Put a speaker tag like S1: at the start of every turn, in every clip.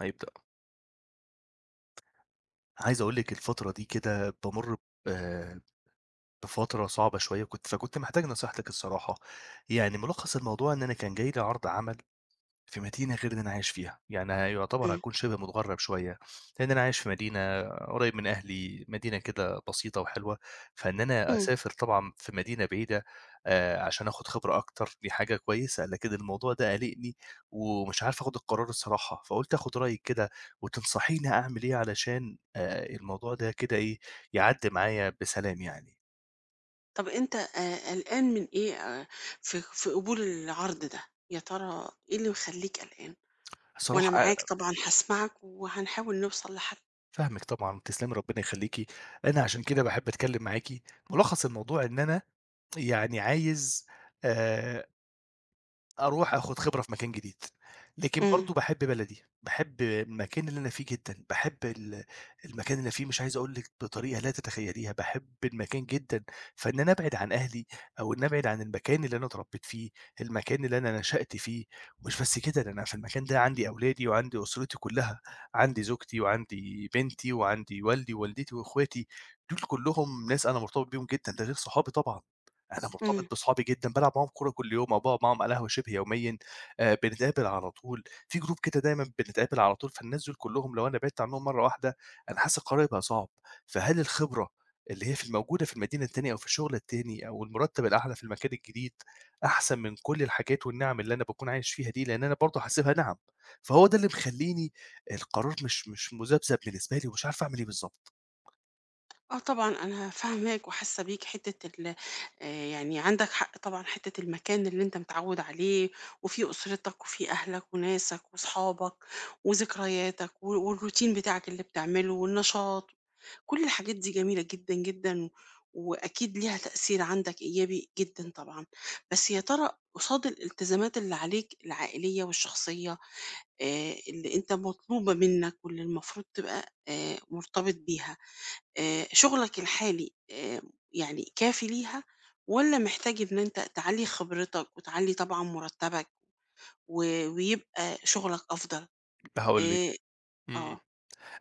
S1: هيبدأ. عايز أقول لِك الفترة دي كده بامُر ب آآ، بفترة صعبة شوية، فكنت محتاج نصيحتِك الصراحة. يعني مُلخّص الموضوع إن أنا كان جاي لي عرض عمل في مدينة غير اللي أنا عايش فيها، يعني يُعتبر
S2: إمم،
S1: هاكون شِبه متغرّب شوية، لإن أنا عايش في مدينة قريب من أهلي، مدينة كده بسيطة وحلوة، فإن أنا
S2: إمم.
S1: أسافر طبعًا في مدينة بعيدة عشان آخُد خبرة أكتر دي حاجة كويسة، لكن الموضوع ده قالقني ومش عارف آخُد القرار الصراحة، فقُلت آخُد رأيِك كده وتنصحيني أعمل إيه علشان الموضوع ده كده إيه، يعدّي معايا بسلام يعني.
S2: طَب أنت قلقان من إيه في قبول العرض ده؟ يا ترى إيه اللي مخلّيك قلقان؟ وأنا
S1: الصراحة أ
S2: معاك طبعًا هاسمعك وهنحاول نوصل لحل.
S1: فاهمِك طبعًا، تسلمي ربنا يخلّيكِ، أنا عشان كده باحب أتكلّم معاكِ، مُلخّص الموضوع إن أنا يعني عايز آآ أروح آخُد خبرة في مكان جديد، لكن
S2: إمم،
S1: برضه باحب بلدي، باحب المكان اللي أنا فيه جدًا، باحب المكان اللي أنا فيه مش عايز أقول لِك بطريقة لا تتخيّليها، باحب المكان جدًا، فإن أنا أبعد عن أهلي أو إن أبعد عن المكان اللي أنا اتربّيت فيه، المكان اللي أنا نشأت فيه، مش بس كده ده أنا في المكان ده عندي أولادي وعندي أسرتي كُلّها، عندي زوجتي وعندي بنتي وعندي والدي ووالدتي وإخواتي، دول كُلّهم ناس أنا مرتبط بيهم جدًا، ده غير صحابي طبعًا. أنا
S2: إمم.
S1: مرتبط بصحابي جدًا، بالعب معاهم كورة كل يوم أو باقعد معاهم على القهوة شِبه يوميًا، بنتقابل على طول، في group كده دايمًا بنتقابل على طول، فالناس دول كلّهم لو أنا بعدت عنّهم مرّة واحدة، أنا حاسس القرار هيبقى صعب، فهل الخبرة اللي هي في الموجودة في المدينة التانية أو في الشغل التاني أو المُرتّب الأعلى في المكان الجديد، أحسن من كل الحاجات والنِعَم اللي أنا باكون عايش فيها دي؟ لإن أنا برضه حاسبها نِعَم، فهو ده اللي مخلّيني القرار مش مذبذب بالنسبة لي ومش عارف أعمل إيه بالضبط.
S2: آه طبعًا أنا فاهماك وحاسة بيك حتّة ال آآ يعني عندك حق طبعًا حتّة المكان اللي أنت متعوّد عليه وفيه أسرتك وفيه أهلك وناسك وصحابك وذكرياتك و والروتين بتاعك اللي بتعمله والنشاط. كل الحاجات دي جميلة جدًا، جدًا، وأكيد ليها تأثير عندك إيجابي جدًا طبعًا، بس يا ترى قصاد الالتزامات اللي عليك العائلية والشخصية اللي أنت مطلوبة منك واللي المفروض تبقى مرتبط بيها، شغلك الحالي يعني كافي ليها والّا محتاج إن أنت تعلّي خبرتك وتعلّي طبعًا مرتبك و ويبقى شغلك أفضل؟
S1: هاقول لِك.
S2: آآ،
S1: إمم.
S2: آه،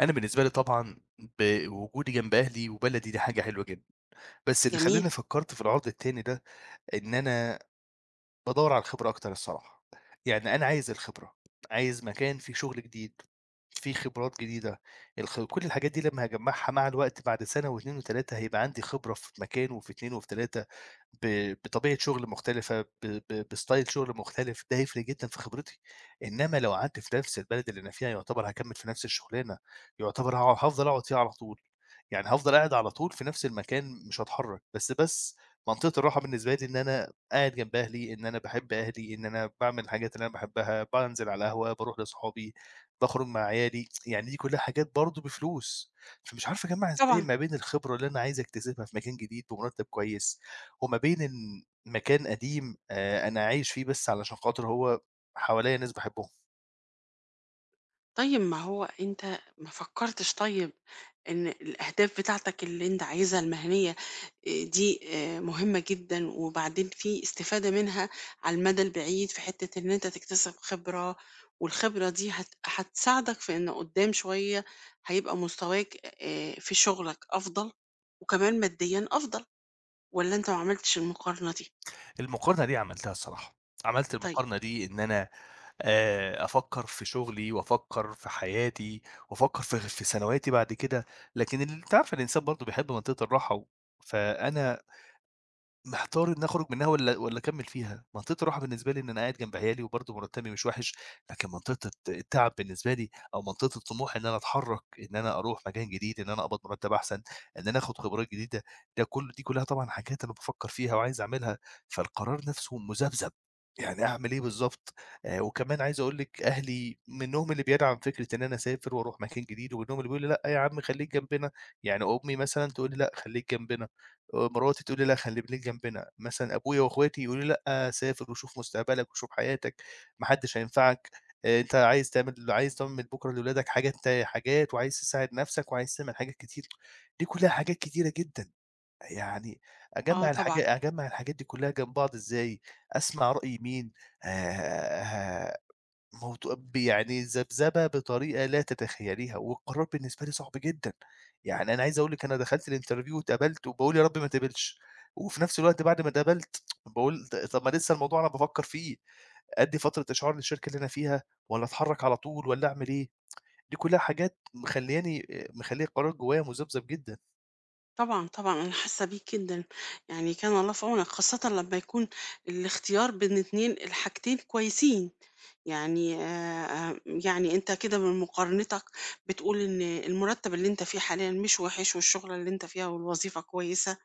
S1: أنا بالنسبة لي طبعًا بوجودي جنب أهلي وبلدي دي حاجة حلوة جدًا، بس اللي
S2: جميل،
S1: خلّاني فكّرت في العرض التاني ده إن أنا بادوّر على الخبرة أكتر الصراحة، يعني أنا عايز الخبرة، عايز مكان فيه شغل جديد، فيه خبرات جديدة، الخ كل الحاجات دي لمّا هاجمّعها مع الوقت بعد سنة و2 و3 هيبقى عندي خبرة في مكان وفي 2 وفي 3 بطبيعة شغل مختلفة، ب ب بstyle شغل مختلف، ده هيفرق جدًا في خبرتي، إنّما لو قعدت في نفس البلد اللي أنا فيها يعتبر هاكمّل في نفس الشغلانة، يعتبر هافضل أقعد فيها على طول، يعني هافضل قاعد على طول في نفس المكان مش هاتحرّك، بس منطقة الراحة بالنسبة لي إن أنا قاعد جنب أهلي، إن أنا باحب أهلي، إن أنا باعمل الحاجات اللي أنا باحبها، بانزل على القهوة، باروح لأصحابي، باخرج مع عيالي، يعني دي كلّها حاجات برضه بفلوس، فمش عارف أجمّع إزاي
S2: طبعًا.
S1: ما بين الخبرة اللي أنا عايز أكتسبها في مكان جديد بمرتب كويس، وما بين إن مكان قديم أنا عايش فيه بس علشان خاطر هو حواليّا ناس باحبهم.
S2: طيب ما هو أنت ما فكرتش طيب إن الأهداف بتاعتك اللي أنت عايزها المهنية دي مهمة جدا وبعدين في استفادة منها على المدى البعيد في حتة إن أنت تكتسب خبرة والخبرة دي هتساعدك في إن قدام شوية هيبقى مستواك في شغلك أفضل وكمان ماديا أفضل ولا أنت ما عملتش المقارنة دي؟
S1: المقارنة دي عملتها الصراحة، عملت
S2: طيب،
S1: المقارنة دي إن أنا أفكّر في شغلي وأفكّر في حياتي وأفكّر في ثانوياتي بعد كده، لكن ال أنتِ عارفة الإنسان برضه بيحب منطقة الراحة و فأنا محتار إني أخرج منها والّا أكمّل فيها، منطقة الراحة بالنسبة لي إن أنا قاعد جنب عيالي وبرضه مرتبي مش وحش، لكن منطقة التعب بالنسبة لي أو منطقة الطموح إن أنا أتحرّك، إن أنا أروح مكان جديد، إن أنا أقبض مرتب أحسن، إن أنا آخد خبرات جديدة، ده كل دي كلّها طبعًا حاجات أنا بافكّر فيها وعايز أعملها، فالقرار نفسه مذبذب، يعني أعمل إيه بالضبط؟ وكمان عايز أقول لِك أهلي منّهم اللي بيدعم فكرة إن أنا أسافر وأروح مكان جديد ومنّهم اللي بيقول لي: "لأ يا عم خلّيك جنبنا." يعني أمي مثلًا تقول لي: "لأ خلّيك جنبنا." مراتي تقول لي: "لأ خلّي بليك جنبنا." مثلًا أبويا وأخواتي يقولوا لي: "لأ سافر وشوف مستقبلك وشوف حياتك، ما حدش هينفعك، أنت عايز تعمل بكرة لولادك حاجات حاجات وعايز تساعد نَفْسك وعايز تعمل حاجات كتير." دي كُلّها حاجات كتيرة جدًا، يعني
S2: آه، طبعا.
S1: أجمّع الحاجات دي كُلّها جنب بعض إزاي، أسمع رأي مين، ه ه موضوع ب يعني ذبذبة بطريقة لا تتخيليها، والقرار بالنسبة لي صعب جدًا، يعني أنا عايز أقول لِك أنا دخلت الinterview واتقبلت وباقول يا رب ما اتقبلش، وفي نفس الوقت بعد ما اتقبلت باقول طب ما لسه الموضوع أنا بافكر فيه، أدّي فترة إشعار للشركة اللي أنا فيها والّا أتحرّك على طول والّا أعمل إيه؟ دي كلها حاجات مخلّياني مخلّية القرار جوايا مذبذب جدًا.
S2: طبعًا، طبعًا، أنا حاسة بيك جدًا، يعني كان الله في عونك، خاصةً لمّا يكون الاختيار بين 2 الحاجتين كويسين، يعني يعني أنت كده من مقارنتك بتقول إن المرتب اللي أنت فيه حاليًا مش وحِش، والشغلة اللي أنت فيها والوظيفة كويسة،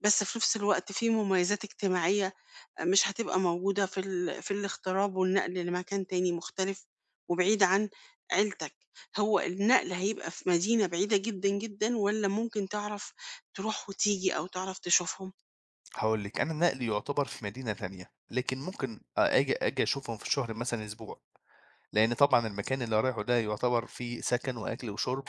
S2: بس في نفس الوقت في مميزات اجتماعية مش هتبقى موجودة في الاغتراب والنقل لمكان تاني مختلف وبعيد عن عيلتك، هو النقل هيبقى في مدينة بعيدة جدًا، جدًا والّا ممكن تعرف تروح وتيجي أو تعرف تشوفهم؟
S1: هاقول لِك أنا نقلي يعتبر في مدينة تانية، لكن ممكن آجي أشوفهم في الشهر مثلًا أسبوع. لأن طبعًا المكان اللي رايحه ده يُعتبر فيه سكن وأكل وشُرب،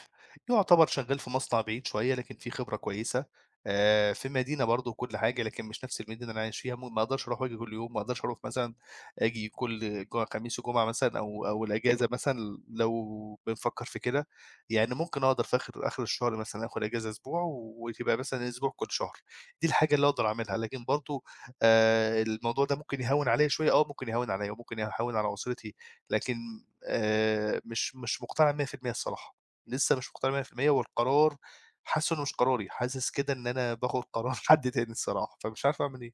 S1: يُعتبر شغّال في مصنع بعيد شوية لكن فيه خبرة كويسة، في مدينة برضه وكل حاجة، لكن مش نفس المدينة اللي أنا عايش فيها، ما أقدرش أروح وآجي كل يوم، ما أقدرش أروح مثلًا آجي كل خميس وجمعة مثلًا أو الأجازة مثلًا لو بنفكّر في كده، يعني ممكن أقدر في آخر آخر الشهر مثلًا آخُد أجازة أسبوع وتبقى مثلًا أسبوع كل شهر، دي الحاجة اللي أقدر أعملها، لكن برضه الموضوع ده ممكن يهوّن عليّا شوية، آه ممكن يهوّن عليّا وممكن يهوّن على أسرتي لكن مش مقتنع 100% الصراحة، لسه مش مقتنع 100% والقرار حاسُّه إنه مش قراري، حاسس كده إن أنا باخُد قرار حد تاني الصراحة، فمش عارف أعمل إيه.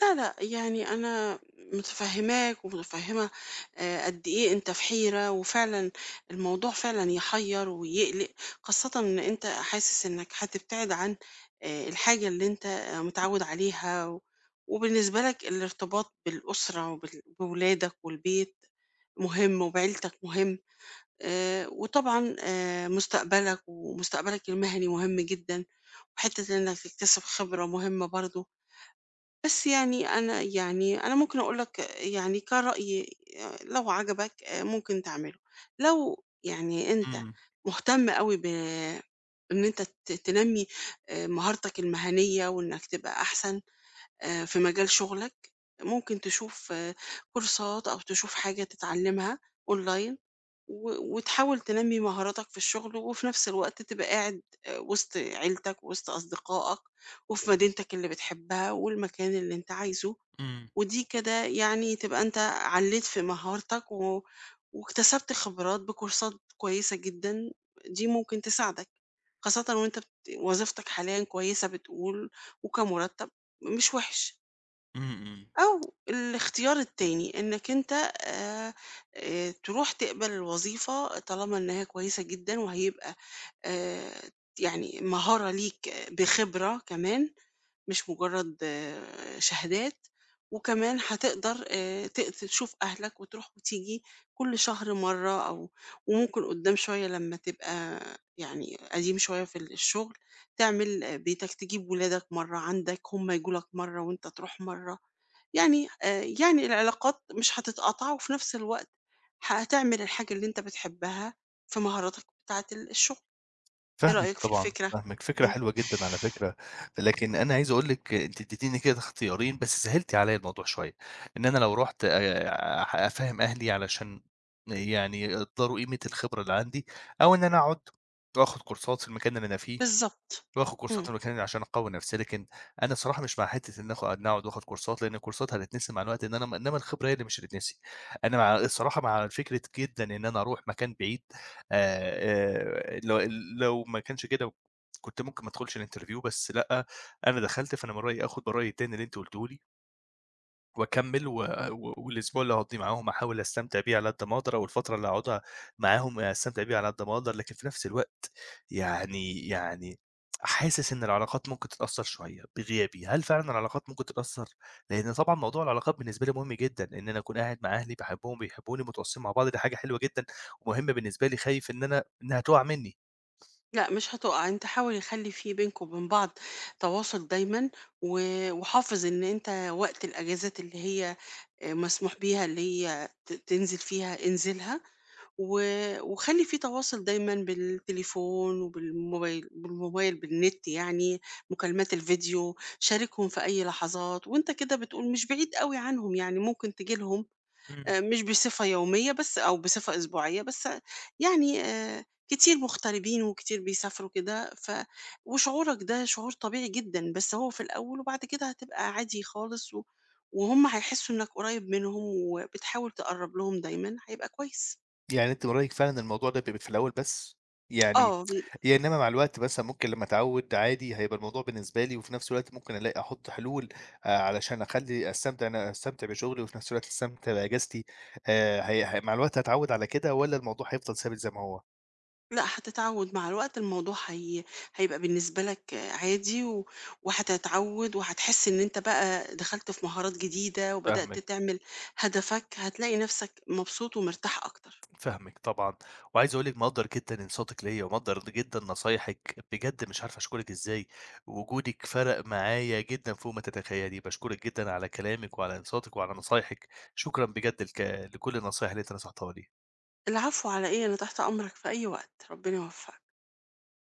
S2: لا لأ، يعني أنا متفهّماك ومتفهّمة قد إيه أنت في حيرة، وفعلًا الموضوع فعلًا يحيّر ويقلق، خاصةً إن أنت حاسس إنك هتبتعد عن الحاجة اللي أنت متعوّد عليها، وبالنسبة لك الارتباط بالأسرة بولادك والبيت مهم وبعيلتك مهم، وطبعًا مستقبلك ومستقبلك المهني مهم جدًا، وحتّة إنك تكتسب خبرة مهمة برضه. بس يعني أنا يعني أنا ممكن أقول لك يعني كان رأيي لو عجبك ممكن تعمله لو يعني أنت
S1: إمم،
S2: مهتم قوي ب إن أنت تنمي مهارتك المهنية وإنك تبقى أحسن في مجال شغلك ممكن تشوف كورسات أو تشوف حاجة تتعلمها أونلاين وتحاول تنمّي مهاراتك في الشغل، وفي نفس الوقت تبقى قاعد وسط عيلتك، وسط أصدقائك، وفي مدينتك اللي بتحبها، والمكان اللي أنت عايزه،
S1: إمم،
S2: ودي كده يعني تبقى أنت علّيت في مهارتك واكتسبت خبرات بكورسات كويسة جدًا، دي ممكن تساعدك، خاصةً وأنت وظيفتك حاليًا كويسة بتقول، وكمرتب مش وِحِش.
S1: إمم، إمم.
S2: أو الاختيار التاني إنك أنت تروح تقبل الوظيفة طالما إنها كويسة جدًا وهيبقى آآ، يعني مهارة ليك بخبرة كمان مش مجرد شهادات، وكمان هتقدر ت تشوف أهلك وتروح وتيجي كل شهر مرة أو وممكن قدّام شوية لما تبقى يعني قديم شوية في الشغل تعمل بيتك، تجيب ولادك مرة عندك، هم ييجوا لك مرة وأنت تروح مرة. يعني يعني العلاقات مش هتتقطع، وفي نفس الوقت هتعمل الحاجة اللي أنت بتحبها في مهاراتك بتاعة الشغل، إيه
S1: فاهمِك
S2: رأيك في
S1: طبعًا،
S2: الفكرة؟
S1: فاهمِك، فكرة
S2: إمم،
S1: حلوة جدًا على فكرة، لكن أنا عايز أقول لِك أنتِ ادّيتيني كده اختيارين بس سهّلتِ عليّا الموضوع شوية، إن أنا لو رُحت أح أفهّم أهلي علشان يعني يقدّروا قيمة الخبرة اللي عندي، أو إن أنا أقعد وآخُد كورسات في المكان اللي أنا فيه.
S2: بالضبط،
S1: واخد كورسات
S2: إمم.
S1: في المكان اللي عشان أقوّي نفسي، لكن أنا الصراحة مش مع حتّة إن إن أقعد وآخد كورسات، لإن الكورسات هتتنسي مع الوقت، إن أنا إنّما الخبرة هي اللي مش هتتنسي. أنا مع الصراحة مع فكرة جدًا إن أنا أروح مكان بعيد آآ، آآ لو لو ما كانش كده كنت ممكن ما أدخُلش الinterview بس لأ، أنا دخلت، فأنا من رأيي آخُد برأيي التاني اللي أنتِ قُلتيه لي وأكمّل و و والأسبوع اللي هاقضّيه معاهم أحاول أستمتع بيه على قد ما أقدر، أو الفترة اللي هاقعدها معاهم أستمتع بيها على قد ما أقدر، لكن في نفس الوقت يعني حاسس إن العلاقات ممكن تتأثّر شوية بغيابي، هل فعلًا العلاقات ممكن تتأثّر؟ لإن طبعًا موضوع العلاقات بالنسبة لي مهم جدًا، إن أنا أكون قاعد مع أهلي باحبهم بيحبوني متواصلين مع بعض، دي حاجة حلوة جدًا ومهمة بالنسبة لي، خايف إن أنا إنها تُقع منّي.
S2: لأ مش هتقع، أنت حاول يخلّي في بينكم وبين بعض تواصل دايمًا، و وحافظ إن أنت وقت الأجازات اللي هي مسموح بيها اللي هي تنزل فيها انزلها. و وخلّي في تواصل دايمًا بالتليفون وبالموبايل بالموبايل بالنت يعني، مكالمات الفيديو، شاركهم في أي لحظات، وأنت كده بتقول مش بعيد أوي عنهم يعني ممكن تيجي لهم
S1: إمم.
S2: مش بصفة يومية بس أو بصفة أسبوعية بس يعني كتير مغتربين وكتير بيسافروا كده وشعورك ده شعور طبيعي جدًا، بس هو في الأول وبعد كده هتبقى عادي خالص وهُم هيحسّوا إنك قريب منهم وبتحاول تقرّب لهم دايمًا هيبقى كويس.
S1: يعني أنتِ من رأيِك فعلًا الموضوع ده بيبقى في الأول بس، يعني
S2: آه.
S1: هي إنّما مع الوقت مثلًا ممكن لمّا أتعوّد عادي هيبقى الموضوع بالنسبة لي، وفي نفس الوقت ممكن ألاقي أحُط حلول علشان أخلّي أستمتع أنا أستمتع بشغلي وفي نفس الوقت أستمتع بإجازتي، هي ه مع الوقت هاتعوّد على كده والّا الموضوع هيفضل ثابت زي ما هو؟
S2: لأ، هتتعود مع الوقت الموضوع هيبقى بالنسبة لك عادي وهتتعود وهتحس إن أنت بقى دخلت في مهارات جديدة وبدأت
S1: فاهمِك.
S2: تعمل هدفك، هتلاقي نفسك مبسوط ومرتاح أكتر.
S1: فاهمِك طبعًا، وعايز أقول لِك مقدّر جدًا إنصاتِك ليّا، ومقدّر جدًا نصايحِك، بجد مش عارف أشكرِك إزاي، وجودِك فرق معايا جدًا فوق ما تتخيلي، باشكرِك جدًا على كلامِك وعلى إنصاتِك وعلى نصايحِك، شكرًا بجد لك لكل النصايح اللي أنتِ نصحتيها لي.
S2: العفو على إيه، أنا تحت أمرك في أي وقت، ربنا يوفقك.